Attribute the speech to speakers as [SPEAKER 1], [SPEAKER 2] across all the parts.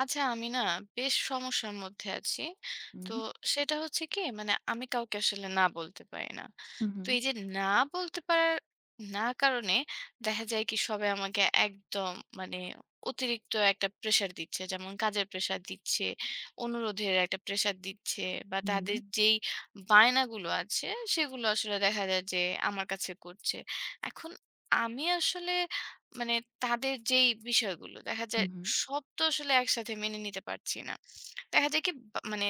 [SPEAKER 1] আচ্ছা, আমি না বেশ সমস্যার মধ্যে আছি। তো
[SPEAKER 2] হুম,
[SPEAKER 1] সেটা হচ্ছে কি, মানে আমি কাউকে আসলে না বলতে পারি না।
[SPEAKER 2] হু, হু,
[SPEAKER 1] তো এই যে না বলতে পারার না কারণে দেখা যায় কি, সবাই আমাকে একদম মানে অতিরিক্ত একটা প্রেশার দিচ্ছে। যেমন কাজের প্রেশার দিচ্ছে, অনুরোধের একটা প্রেশার দিচ্ছে, বা
[SPEAKER 2] হু,
[SPEAKER 1] তাদের
[SPEAKER 2] হু,
[SPEAKER 1] যেই বায়নাগুলো আছে সেগুলো আসলে দেখা যায় যে আমার কাছে করছে। এখন আমি আসলে, মানে তাদের যেই বিষয়গুলো দেখা যায়
[SPEAKER 2] হু,
[SPEAKER 1] সব তো আসলে একসাথে মেনে নিতে পারছি না। দেখা যায় কি, বা মানে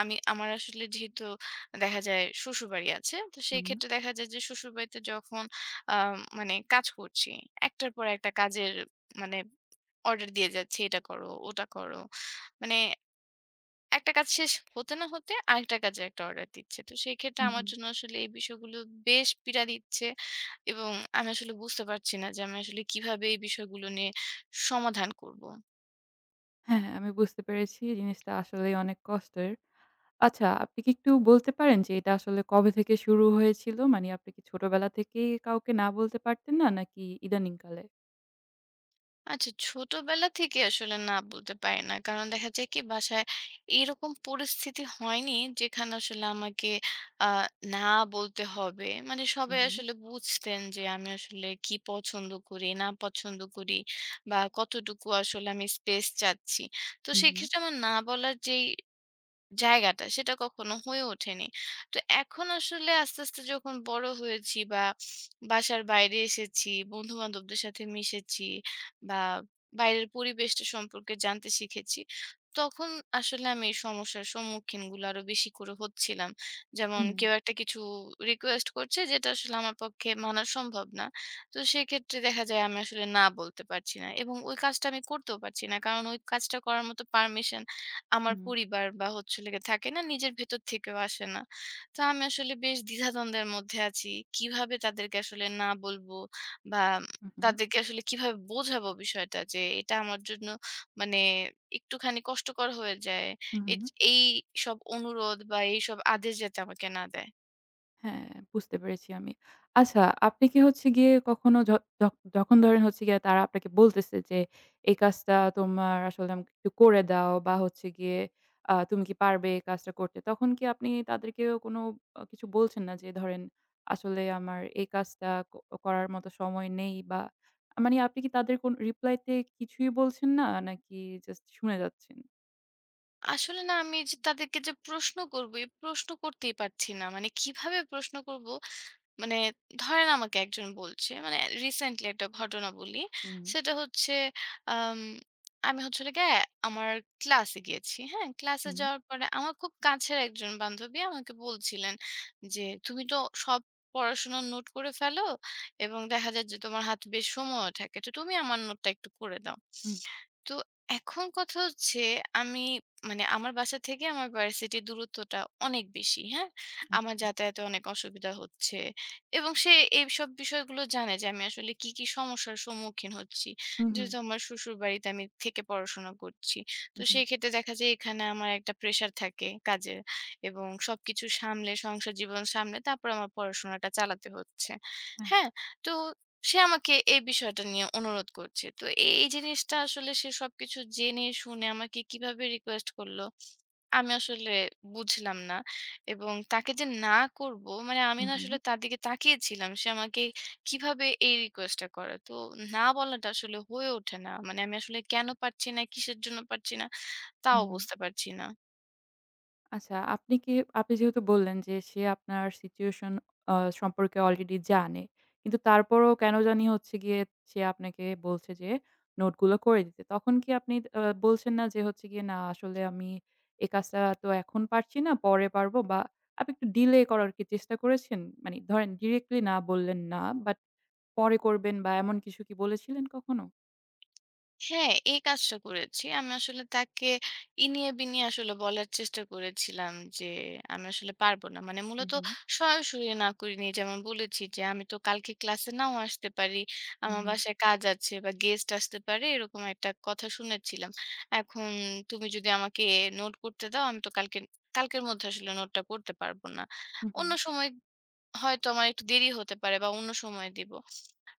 [SPEAKER 1] আমি আমার আসলে, যেহেতু দেখা যায় শ্বশুরবাড়ি আছে। তো সেই
[SPEAKER 2] হু,
[SPEAKER 1] ক্ষেত্রে দেখা যায় যে শ্বশুরবাড়িতে যখন আ মানে কাজ করছি, একটার পর একটা কাজের, মানে অর্ডার দিয়ে যাচ্ছি, "এটা করো, ওটা করো।" মানে একটা কাজ শেষ হতে না হতে আরেকটা কাজে একটা অর্ডার দিচ্ছে। তো সেই ক্ষেত্রে
[SPEAKER 2] হু, হু।
[SPEAKER 1] আমার জন্য আসলে এই বিষয়গুলো বেশ পীড়া দিচ্ছে, এবং আমি আসলে বুঝতে পারছি না যে আমি আসলে কিভাবে এই বিষয়গুলো নিয়ে সমাধান করব।
[SPEAKER 2] হ্যাঁ, আমি বুঝতে পেরেছি জিনিসটা আসলেই অনেক কষ্টের। আচ্ছা, আপনি কি একটু বলতে পারেন যে এটা আসলে কবে থেকে শুরু হয়েছিল? মানে আপনি কি ছোটবেলা থেকেই কাউকে না বলতে পারতেন না নাকি ইদানিং কালে?
[SPEAKER 1] আচ্ছা, ছোটবেলা থেকে আসলে না বলতে পারি না। কারণ দেখা যায় কি, বাসায় এরকম পরিস্থিতি হয়নি যেখানে আসলে আমাকে আ না বলতে হবে। মানে
[SPEAKER 2] হু,
[SPEAKER 1] সবাই
[SPEAKER 2] হু,
[SPEAKER 1] আসলে বুঝতেন যে আমি আসলে কি পছন্দ করি, না পছন্দ করি, বা কতটুকু আসলে আমি স্পেস চাচ্ছি। তো
[SPEAKER 2] হু,
[SPEAKER 1] সেক্ষেত্রে আমার না বলার যেই জায়গাটা সেটা কখনো হয়ে ওঠেনি। তো এখন আসলে আস্তে, আস্তে যখন বড় হয়েছি, বা বাসার বাইরে এসেছি, বন্ধু-বান্ধবদের সাথে মিশেছি, বা বাইরের পরিবেশটা সম্পর্কে জানতে শিখেছি, তখন আসলে আমি এই সমস্যার সম্মুখীনগুলো আরো বেশি করে হচ্ছিলাম।
[SPEAKER 2] হু,
[SPEAKER 1] যেমন
[SPEAKER 2] হু,
[SPEAKER 1] কেউ একটা কিছু রিকোয়েস্ট করছে যেটা আসলে আমার পক্ষে মানা সম্ভব না। তো সেক্ষেত্রে দেখা যায় আমি আসলে না বলতে পারছি না, এবং ওই কাজটা আমি করতেও পারছি না। কারণ ওই কাজটা করার মতো পারমিশন আমার
[SPEAKER 2] হু,
[SPEAKER 1] পরিবার বা হচ্ছে হলো গিয়ে থাকে না, নিজের ভেতর থেকেও আসে না। তো আমি আসলে বেশ দ্বিধাদ্বন্দ্বের মধ্যে আছি। কিভাবে তাদেরকে আসলে না বলবো, বা
[SPEAKER 2] হু,
[SPEAKER 1] তাদেরকে আসলে কিভাবে বোঝাবো বিষয়টা যে এটা আমার জন্য মানে একটুখানি কষ্টকর হয়ে যায়।
[SPEAKER 2] হু, হু।
[SPEAKER 1] এজ এই সব অনুরোধ বা এইসব আদেশ যাতে আমাকে না দেয়।
[SPEAKER 2] হ্যাঁ, বুঝতে পেরেছি আমি। আচ্ছা, আপনি কি হচ্ছে গিয়ে কখনো য যখ যখন ধরেন হচ্ছে গিয়ে তারা আপনাকে বলতেছে যে, "এই কাজটা তোমার আসলে আমাকে একটু করে দাও" বা হচ্ছে গিয়ে "তুমি কি পারবে এই কাজটা করতে?" তখন কি আপনি তাদেরকেও কোনো কিছু বলছেন না যে ধরেন, "আসলে আমার এই কাজটা ক করার মতো সময় নেই" বা মানে আপনি কি তাদের কোন রিপ্লাইতে কিছুই বলছেন না? নাকি জাস্ট শুনে যাচ্ছেন?
[SPEAKER 1] আসলে না, আমি যে তাদেরকে যে প্রশ্ন করব, এই প্রশ্ন করতেই পারছি না। মানে কিভাবে প্রশ্ন করব, মানে ধরেন আমাকে একজন বলছে, মানে রিসেন্টলি একটা ঘটনা বলি।
[SPEAKER 2] হুম,
[SPEAKER 1] সেটা হচ্ছে, আম আমি হচ্ছে হলো গিয়ে আমার ক্লাসে গিয়েছি। হ্যাঁ? ক্লাসে
[SPEAKER 2] হুম,
[SPEAKER 1] যাওয়ার পরে আমার খুব কাছের একজন বান্ধবী আমাকে বলছিলেন যে, "তুমি তো সব পড়াশোনার নোট করে ফেলো, এবং দেখা যায় যে তোমার হাতে বেশ সময়ও থাকে। তো তুমি আমার নোটটা একটু করে দাও।"
[SPEAKER 2] হুম,
[SPEAKER 1] তো এখন কথা হচ্ছে, আমি, মানে আমার বাসা থেকে আমার ভার্সিটির দূরত্বটা অনেক বেশি। হ্যাঁ, আমার
[SPEAKER 2] আচ্ছা।
[SPEAKER 1] যাতায়াতে অনেক অসুবিধা হচ্ছে, এবং সে এইসব বিষয়গুলো জানে যে আমি আসলে কি কি সমস্যার সম্মুখীন হচ্ছি।
[SPEAKER 2] হুম, হুম,
[SPEAKER 1] যেহেতু আমার শ্বশুর বাড়িতে আমি থেকে পড়াশোনা করছি, তো
[SPEAKER 2] হুম, হুম,
[SPEAKER 1] সেই ক্ষেত্রে দেখা যায় এখানে আমার একটা প্রেশার থাকে কাজের, এবং সবকিছু সামলে, সংসার জীবন সামলে তারপর আমার পড়াশোনাটা চালাতে হচ্ছে।
[SPEAKER 2] হ্যাঁ।
[SPEAKER 1] হ্যাঁ। তো সে আমাকে এই বিষয়টা নিয়ে অনুরোধ করছে। তো এই জিনিসটা আসলে সে সবকিছু জেনে শুনে আমাকে কিভাবে রিকোয়েস্ট করল, আমি আসলে বুঝলাম না। এবং তাকে যে না করব, মানে আমি
[SPEAKER 2] হুম,
[SPEAKER 1] না
[SPEAKER 2] হুম, হুম,
[SPEAKER 1] আসলে তার দিকে তাকিয়েছিলাম। সে আমাকে কিভাবে এই রিকোয়েস্টটা করে। তো না বলাটা আসলে হয়ে ওঠে না। মানে আমি আসলে কেন পারছি না, কিসের জন্য পারছি না, তাও
[SPEAKER 2] হুম।
[SPEAKER 1] বুঝতে পারছি না।
[SPEAKER 2] আচ্ছা, আপনি যেহেতু বললেন যে সে আপনার সিচুয়েশন আ সম্পর্কে অলরেডি জানে। কিন্তু তারপরও কেন জানি হচ্ছে গিয়ে সে আপনাকে বলছে যে নোটগুলো করে দিতে। তখন কি আপনি বলছেন না যে হচ্ছে গিয়ে, "না আসলে আমি এ কাজটা তো এখন পারছি না, পরে পারবো" বা আপনি একটু ডিলে করার কি চেষ্টা করেছেন? মানে ধরেন ডিরেক্টলি না বললেন না, বাট পরে করবেন বা এমন কিছু কি বলেছিলেন কখনো?
[SPEAKER 1] হ্যাঁ, এই কাজটা করেছি। আমি আসলে তাকে ইনিয়ে বিনিয়ে আসলে বলার চেষ্টা করেছিলাম যে, "আমি আসলে পারব না।" মানে
[SPEAKER 2] হু,
[SPEAKER 1] মূলত
[SPEAKER 2] হু,
[SPEAKER 1] সরাসরি না করিনি। যেমন বলেছি যে, "আমি তো কালকে ক্লাসে নাও আসতে পারি।
[SPEAKER 2] হু,
[SPEAKER 1] আমার
[SPEAKER 2] হু,
[SPEAKER 1] বাসায় কাজ আছে বা গেস্ট আসতে পারে।" এরকম একটা কথা শুনেছিলাম। এখন তুমি যদি আমাকে নোট করতে দাও, আমি তো কালকের মধ্যে আসলে নোটটা করতে পারব না।
[SPEAKER 2] হু, হু।
[SPEAKER 1] অন্য সময় হয়তো আমার একটু দেরি হতে পারে, বা অন্য সময় দিব।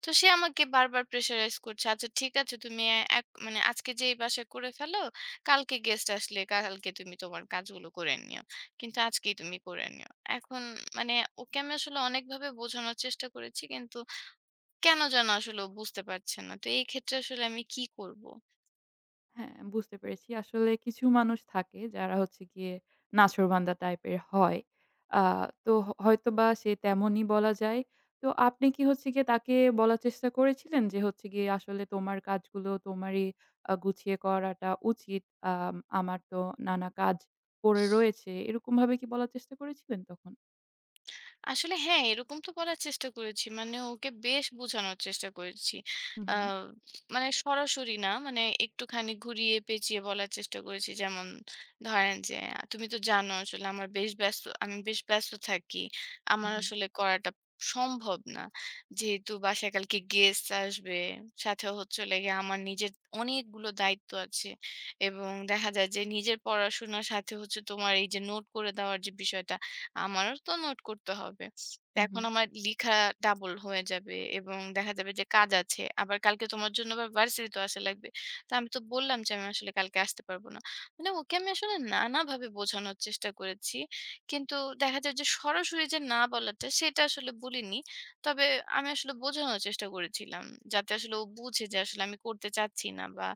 [SPEAKER 1] তো সে আমাকে বারবার প্রেশারাইজ করছে। "আচ্ছা, ঠিক আছে, তুমি এ এক মানে আজকে যে এই বাসায় করে ফেলো, কালকে গেস্ট আসলে কালকে তুমি তোমার কাজগুলো করে নিও। কিন্তু আজকেই তুমি করে নিও।" এখন, মানে ওকে আমি আসলে অনেকভাবে বোঝানোর চেষ্টা করেছি। কিন্তু কেন যেন আসলে ও বুঝতে পারছে না। তো এই ক্ষেত্রে আসলে আমি কি করব?
[SPEAKER 2] হ্যাঁ, বুঝতে পেরেছি। আসলে কিছু মানুষ থাকে যারা হচ্ছে গিয়ে নাছোড়বান্দা টাইপের হয়। আ তো হয়তোবা সে তেমনই বলা যায়। তো আপনি কি হচ্ছে গিয়ে তাকে বলার চেষ্টা করেছিলেন যে হচ্ছে গিয়ে আসলে তোমার কাজগুলো তোমারই গুছিয়ে করাটা উচিত। আমার তো নানা কাজ পড়ে রয়েছে। এরকমভাবে কি বলার চেষ্টা করেছিলেন তখন?
[SPEAKER 1] আসলে হ্যাঁ, এরকম তো করার চেষ্টা করেছি। মানে ওকে বেশ বোঝানোর চেষ্টা করেছি। আ
[SPEAKER 2] হুম,
[SPEAKER 1] মানে সরাসরি না, মানে একটুখানি ঘুরিয়ে পেঁচিয়ে বলার চেষ্টা করেছি। যেমন ধরেন যে, "তুমি তো জানো আসলে আমার বেশ ব্যস্ত আমি বেশ ব্যস্ত থাকি। আমার
[SPEAKER 2] হুম,
[SPEAKER 1] আসলে করাটা সম্ভব না। যেহেতু বাসায় কালকে গেস্ট আসবে, সাথে হচ্ছে হলো গিয়ে আমার নিজের অনেকগুলো দায়িত্ব আছে, এবং দেখা যায় যে নিজের পড়াশোনার সাথে হচ্ছে তোমার এই যে নোট করে দেওয়ার যে বিষয়টা, আমারও তো নোট করতে হবে। তো
[SPEAKER 2] হুম,
[SPEAKER 1] এখন
[SPEAKER 2] হুম।
[SPEAKER 1] আমার লিখা ডাবল হয়ে যাবে, এবং দেখা যাবে যে কাজ আছে। আবার কালকে তোমার জন্য আবার ভার্সিটিতেও আসা লাগবে। তো আমি তো বললাম যে আমি আসলে কালকে আসতে পারব না।" মানে ওকে আমি আসলে নানাভাবে বোঝানোর চেষ্টা করেছি। কিন্তু দেখা যায় যে সরাসরি যে না বলাটা সেটা আসলে বলিনি। তবে আমি আসলে বোঝানোর চেষ্টা করেছিলাম। যাতে আসলে ও বুঝে যে আসলে আমি করতে চাচ্ছি না, বা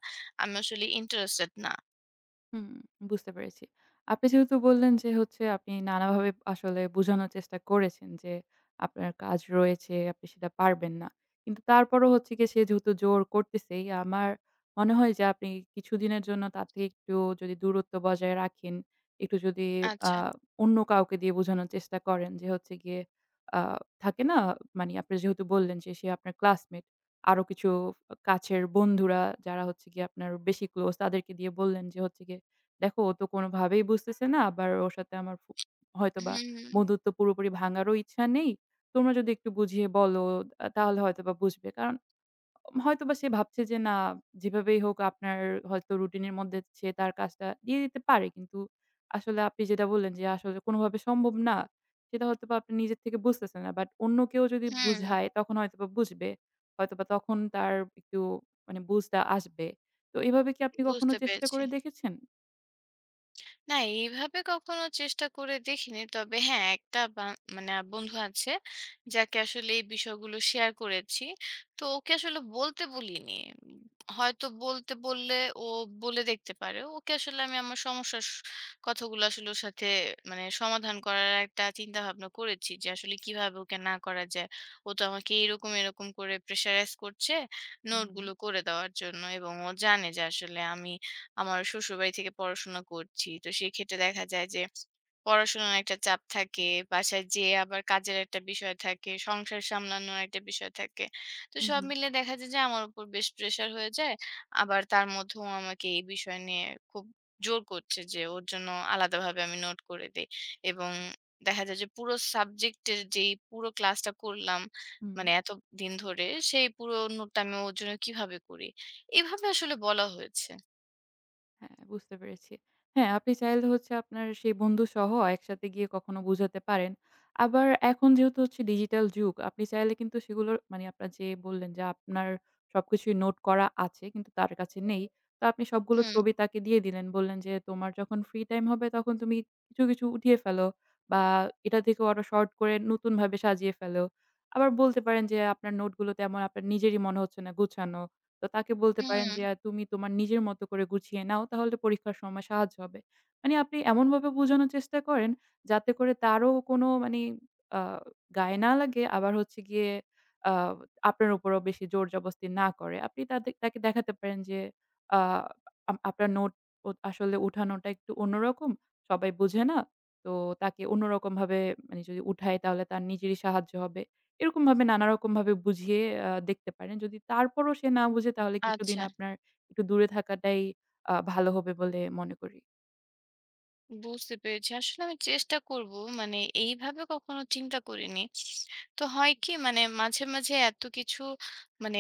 [SPEAKER 1] আমি আসলে ইন্টারেস্টেড না।
[SPEAKER 2] হুম, বুঝতে পেরেছি। আপনি যেহেতু বললেন যে হচ্ছে আপনি নানাভাবে আসলে বোঝানোর চেষ্টা করেছেন যে আপনার কাজ রয়েছে, আপনি সেটা পারবেন না। কিন্তু তারপরও হচ্ছে গিয়ে সে যেহেতু জোর করতেছেই, আমার মনে হয় যে আপনি কিছুদিনের জন্য তার থেকে একটু যদি দূরত্ব বজায় রাখেন, একটু যদি আ
[SPEAKER 1] আচ্ছা।
[SPEAKER 2] অন্য কাউকে দিয়ে বোঝানোর চেষ্টা করেন যে হচ্ছে গিয়ে আ থাকে না? মানে আপনি যেহেতু বললেন যে সে আপনার ক্লাসমেট, আরো কিছু কাছের বন্ধুরা যারা হচ্ছে গিয়ে আপনার বেশি ক্লোজ তাদেরকে দিয়ে বললেন যে হচ্ছে গিয়ে দেখো ও তো কোনোভাবেই বুঝতেছে না। আবার ওর সাথে আমার হয়তোবা
[SPEAKER 1] হুম, হুম,
[SPEAKER 2] বন্ধুত্ব পুরোপুরি ভাঙারও ইচ্ছা নেই। তোমরা যদি একটু বুঝিয়ে বলো তাহলে হয়তোবা বুঝবে। কারণ হয়তোবা সে ভাবছে যে না যেভাবেই হোক আপনার হয়তো রুটিনের মধ্যে সে তার কাজটা দিয়ে দিতে পারে। কিন্তু আসলে আপনি যেটা বললেন যে আসলে কোনোভাবে সম্ভব না। সেটা হয়তোবা আপনি নিজের থেকে বুঝতেছেন না। বাট অন্য কেউ যদি
[SPEAKER 1] হুম,
[SPEAKER 2] বুঝায় তখন হয়তোবা বুঝবে। হয়তোবা তখন তার একটু মানে বুঝটা আসবে। তো এভাবে কি আপনি কখনো
[SPEAKER 1] বুঝতে
[SPEAKER 2] চেষ্টা
[SPEAKER 1] পেরেছি।
[SPEAKER 2] করে দেখেছেন?
[SPEAKER 1] না, এইভাবে কখনো চেষ্টা করে দেখিনি। তবে হ্যাঁ, একটা, বা মানে বন্ধু আছে, যাকে আসলে এই বিষয়গুলো শেয়ার করেছি। তো ওকে আসলে বলতে বলিনি। উম হয়তো বলতে বললে ও বলে দেখতে পারে। ওকে আসলে আমি আমার সমস্যার কথাগুলো আসলে ওর সাথে, মানে সমাধান করার একটা চিন্তাভাবনা করেছি যে, আসলে কিভাবে ওকে না করা যায়। ও তো আমাকে এরকম, এরকম করে প্রেশারাইজ করছে
[SPEAKER 2] হুম।
[SPEAKER 1] নোটগুলো করে দেওয়ার জন্য, এবং ও জানে যে আসলে আমি আমার শ্বশুরবাড়ি থেকে পড়াশোনা করছি। তো সেক্ষেত্রে দেখা যায় যে পড়াশোনার একটা চাপ থাকে, বাসায় যেয়ে আবার কাজের একটা বিষয় থাকে, সংসার সামলানোর একটা বিষয় থাকে। তো
[SPEAKER 2] হুম,
[SPEAKER 1] সব
[SPEAKER 2] হুম,
[SPEAKER 1] মিলিয়ে দেখা যায় যে আমার উপর বেশ প্রেশার হয়ে যায়। আবার তার মধ্যেও আমাকে এই বিষয় নিয়ে খুব জোর করছে যে ওর জন্য আলাদাভাবে আমি নোট করে দেই। এবং দেখা যায় যে পুরো সাবজেক্টের যেই পুরো ক্লাসটা করলাম,
[SPEAKER 2] হুম।
[SPEAKER 1] মানে এতদিন ধরে সেই পুরো নোটটা আমি ওর জন্য কিভাবে করি? এভাবে আসলে বলা হয়েছে।
[SPEAKER 2] হ্যাঁ, বুঝতে পেরেছি। হ্যাঁ, আপনি চাইলে হচ্ছে আপনার সেই বন্ধুসহ একসাথে গিয়ে কখনো বোঝাতে পারেন। আবার এখন যেহেতু হচ্ছে ডিজিটাল যুগ, আপনি চাইলে কিন্তু সেগুলোর মানে আপনার যে বললেন যে আপনার সবকিছুই নোট করা আছে কিন্তু তার কাছে নেই। তো আপনি সবগুলো
[SPEAKER 1] হুম।
[SPEAKER 2] ছবি তাকে দিয়ে দিলেন। বললেন যে, "তোমার যখন ফ্রি টাইম হবে তখন তুমি কিছু, কিছু উঠিয়ে ফেলো বা এটা থেকে ওটা শর্ট করে নতুনভাবে সাজিয়ে ফেলো।" আবার বলতে পারেন যে, "আপনার নোটগুলো তেমন আপনার নিজেরই মনে হচ্ছে না গুছানো। তো তাকে বলতে পারেন
[SPEAKER 1] হুম,
[SPEAKER 2] যে, তুমি তোমার নিজের মতো করে গুছিয়ে নাও, তাহলে পরীক্ষার সময় সাহায্য হবে।" মানে আপনি এমনভাবে বোঝানোর চেষ্টা করেন, যাতে করে তারও কোনো মানে আ গায়ে না লাগে, আবার হচ্ছে গিয়ে আ আপনার উপরও বেশি জোর-জবস্তি না করে। আপনি তাকে দেখাতে পারেন যে, আ আপনার নোট ও আসলে উঠানোটা একটু অন্যরকম, সবাই বোঝে না। তো তাকে অন্যরকমভাবে মানে যদি উঠাই, তাহলে তার নিজেরই সাহায্য হবে। এরকমভাবে নানারকমভাবে বুঝিয়ে দেখতে পারেন। যদি তারপরও সে না বুঝে তাহলে কিছুদিন
[SPEAKER 1] আচ্ছা।
[SPEAKER 2] আপনার একটু দূরে থাকাটাই ভালো হবে বলে মনে করি।
[SPEAKER 1] বুঝতে পেরেছি। আসলে আমি চেষ্টা করব। মানে এইভাবে কখনো চিন্তা করিনি। তো হয় কি, মানে মাঝে, মাঝে এত কিছু, মানে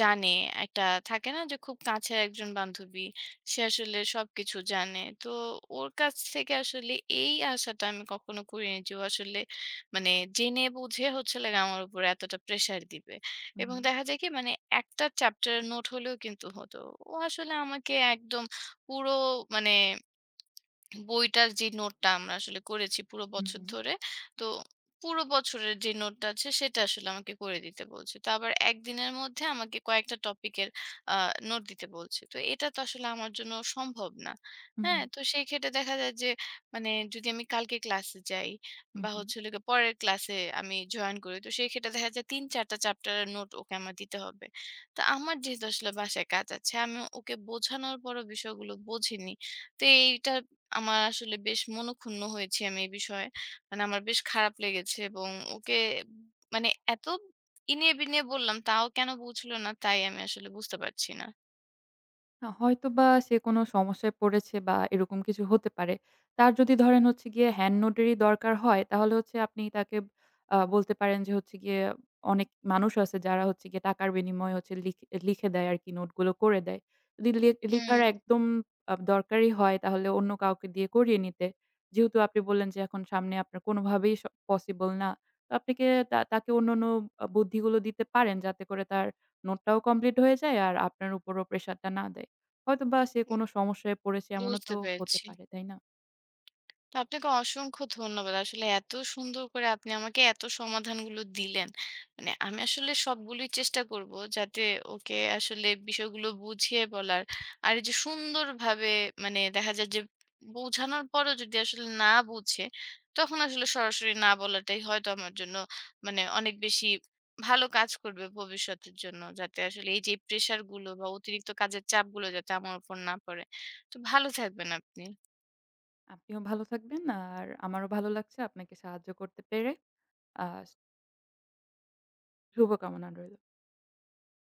[SPEAKER 1] জানে, একটা থাকে না যে খুব কাছের একজন বান্ধবী। সে আসলে সবকিছু জানে। তো ওর কাছ থেকে আসলে এই আশাটা আমি কখনো করিনি যে ও আসলে, মানে জেনে বুঝে হচ্ছে হলো গিয়ে আমার উপরে এতটা প্রেশার দিবে।
[SPEAKER 2] হুম,
[SPEAKER 1] এবং দেখা যায় কি, মানে একটা চ্যাপ্টারের নোট হলেও কিন্তু হতো। ও আসলে আমাকে একদম পুরো, মানে বইটার যে নোটটা আমরা আসলে করেছি পুরো
[SPEAKER 2] হুম,
[SPEAKER 1] বছর
[SPEAKER 2] হুম,
[SPEAKER 1] ধরে, তো পুরো বছরের যে নোটটা আছে সেটা আসলে আমাকে করে দিতে বলছে। তো আবার একদিনের মধ্যে আমাকে কয়েকটা টপিকের আ নোট দিতে বলছে। তো এটা তো আসলে আমার জন্য সম্ভব না।
[SPEAKER 2] হুম,
[SPEAKER 1] হ্যাঁ? তো সেই ক্ষেত্রে দেখা যায় যে, মানে যদি আমি কালকে ক্লাসে যাই, বা
[SPEAKER 2] হুম।
[SPEAKER 1] হচ্ছে হলো গিয়ে পরের ক্লাসে আমি জয়েন করি। তো সেই ক্ষেত্রে দেখা যায় ৩-৪ টা চ্যাপ্টারের নোট ওকে আমার দিতে হবে। তো আমার যেহেতু আসলে বাসায় কাজ আছে, আমি ওকে বোঝানোর পরও বিষয়গুলো বোঝেনি। তো এইটা আমার আসলে, বেশ মনোক্ষুণ্ণ হয়েছি আমি এই বিষয়ে। মানে আমার বেশ খারাপ লেগেছে, এবং ওকে মানে এত ইনিয়ে বিনিয়ে বললাম, তাও কেন বুঝলো না, তাই আমি আসলে বুঝতে পারছি না।
[SPEAKER 2] হয়তোবা সে কোনো সমস্যায় পড়েছে বা এরকম কিছু হতে পারে। তার যদি ধরেন হচ্ছে গিয়ে হ্যান্ড নোটেরই দরকার হয়, তাহলে হচ্ছে আপনি তাকে বলতে পারেন যে হচ্ছে গিয়ে অনেক মানুষ আছে যারা হচ্ছে গিয়ে টাকার বিনিময়ে হচ্ছে লিখে দেয় আরকি নোটগুলো করে দেয়। যদি লিখার
[SPEAKER 1] হুম,
[SPEAKER 2] একদম দরকারই হয় তাহলে অন্য কাউকে দিয়ে করিয়ে নিতে। যেহেতু আপনি বললেন যে এখন সামনে আপনার কোনোভাবেই পসিবল না। তো আপনাকে তাকে অন্যান্য বুদ্ধিগুলো দিতে পারেন যাতে করে তার নোটটাও কমপ্লিট হয়ে যায় আর আপনার উপরও প্রেশারটা না দেয়। হয়তোবা সে কোনো সমস্যায় পড়েছে এমনও
[SPEAKER 1] বুঝতে
[SPEAKER 2] তো হতে
[SPEAKER 1] পেরেছি।
[SPEAKER 2] পারে, তাই না?
[SPEAKER 1] তো আপনাকে অসংখ্য ধন্যবাদ। আসলে এত সুন্দর করে আপনি আমাকে এত সমাধানগুলো দিলেন। মানে আমি আসলে সবগুলোই চেষ্টা করব যাতে ওকে আসলে বিষয়গুলো বুঝিয়ে বলার। আর এই যে সুন্দরভাবে, মানে দেখা যায় যে বোঝানোর পরও যদি আসলে না বুঝে, তখন আসলে সরাসরি না বলাটাই হয়তো আমার জন্য, মানে অনেক বেশি ভালো কাজ করবে ভবিষ্যতের জন্য। যাতে আসলে এই যে প্রেশার গুলো বা অতিরিক্ত কাজের চাপগুলো যাতে আমার উপর না পড়ে। তো ভালো থাকবেন আপনি।
[SPEAKER 2] আপনিও ভালো থাকবেন আর আমারও ভালো লাগছে আপনাকে সাহায্য করতে পেরে। আ শুভকামনা রইল।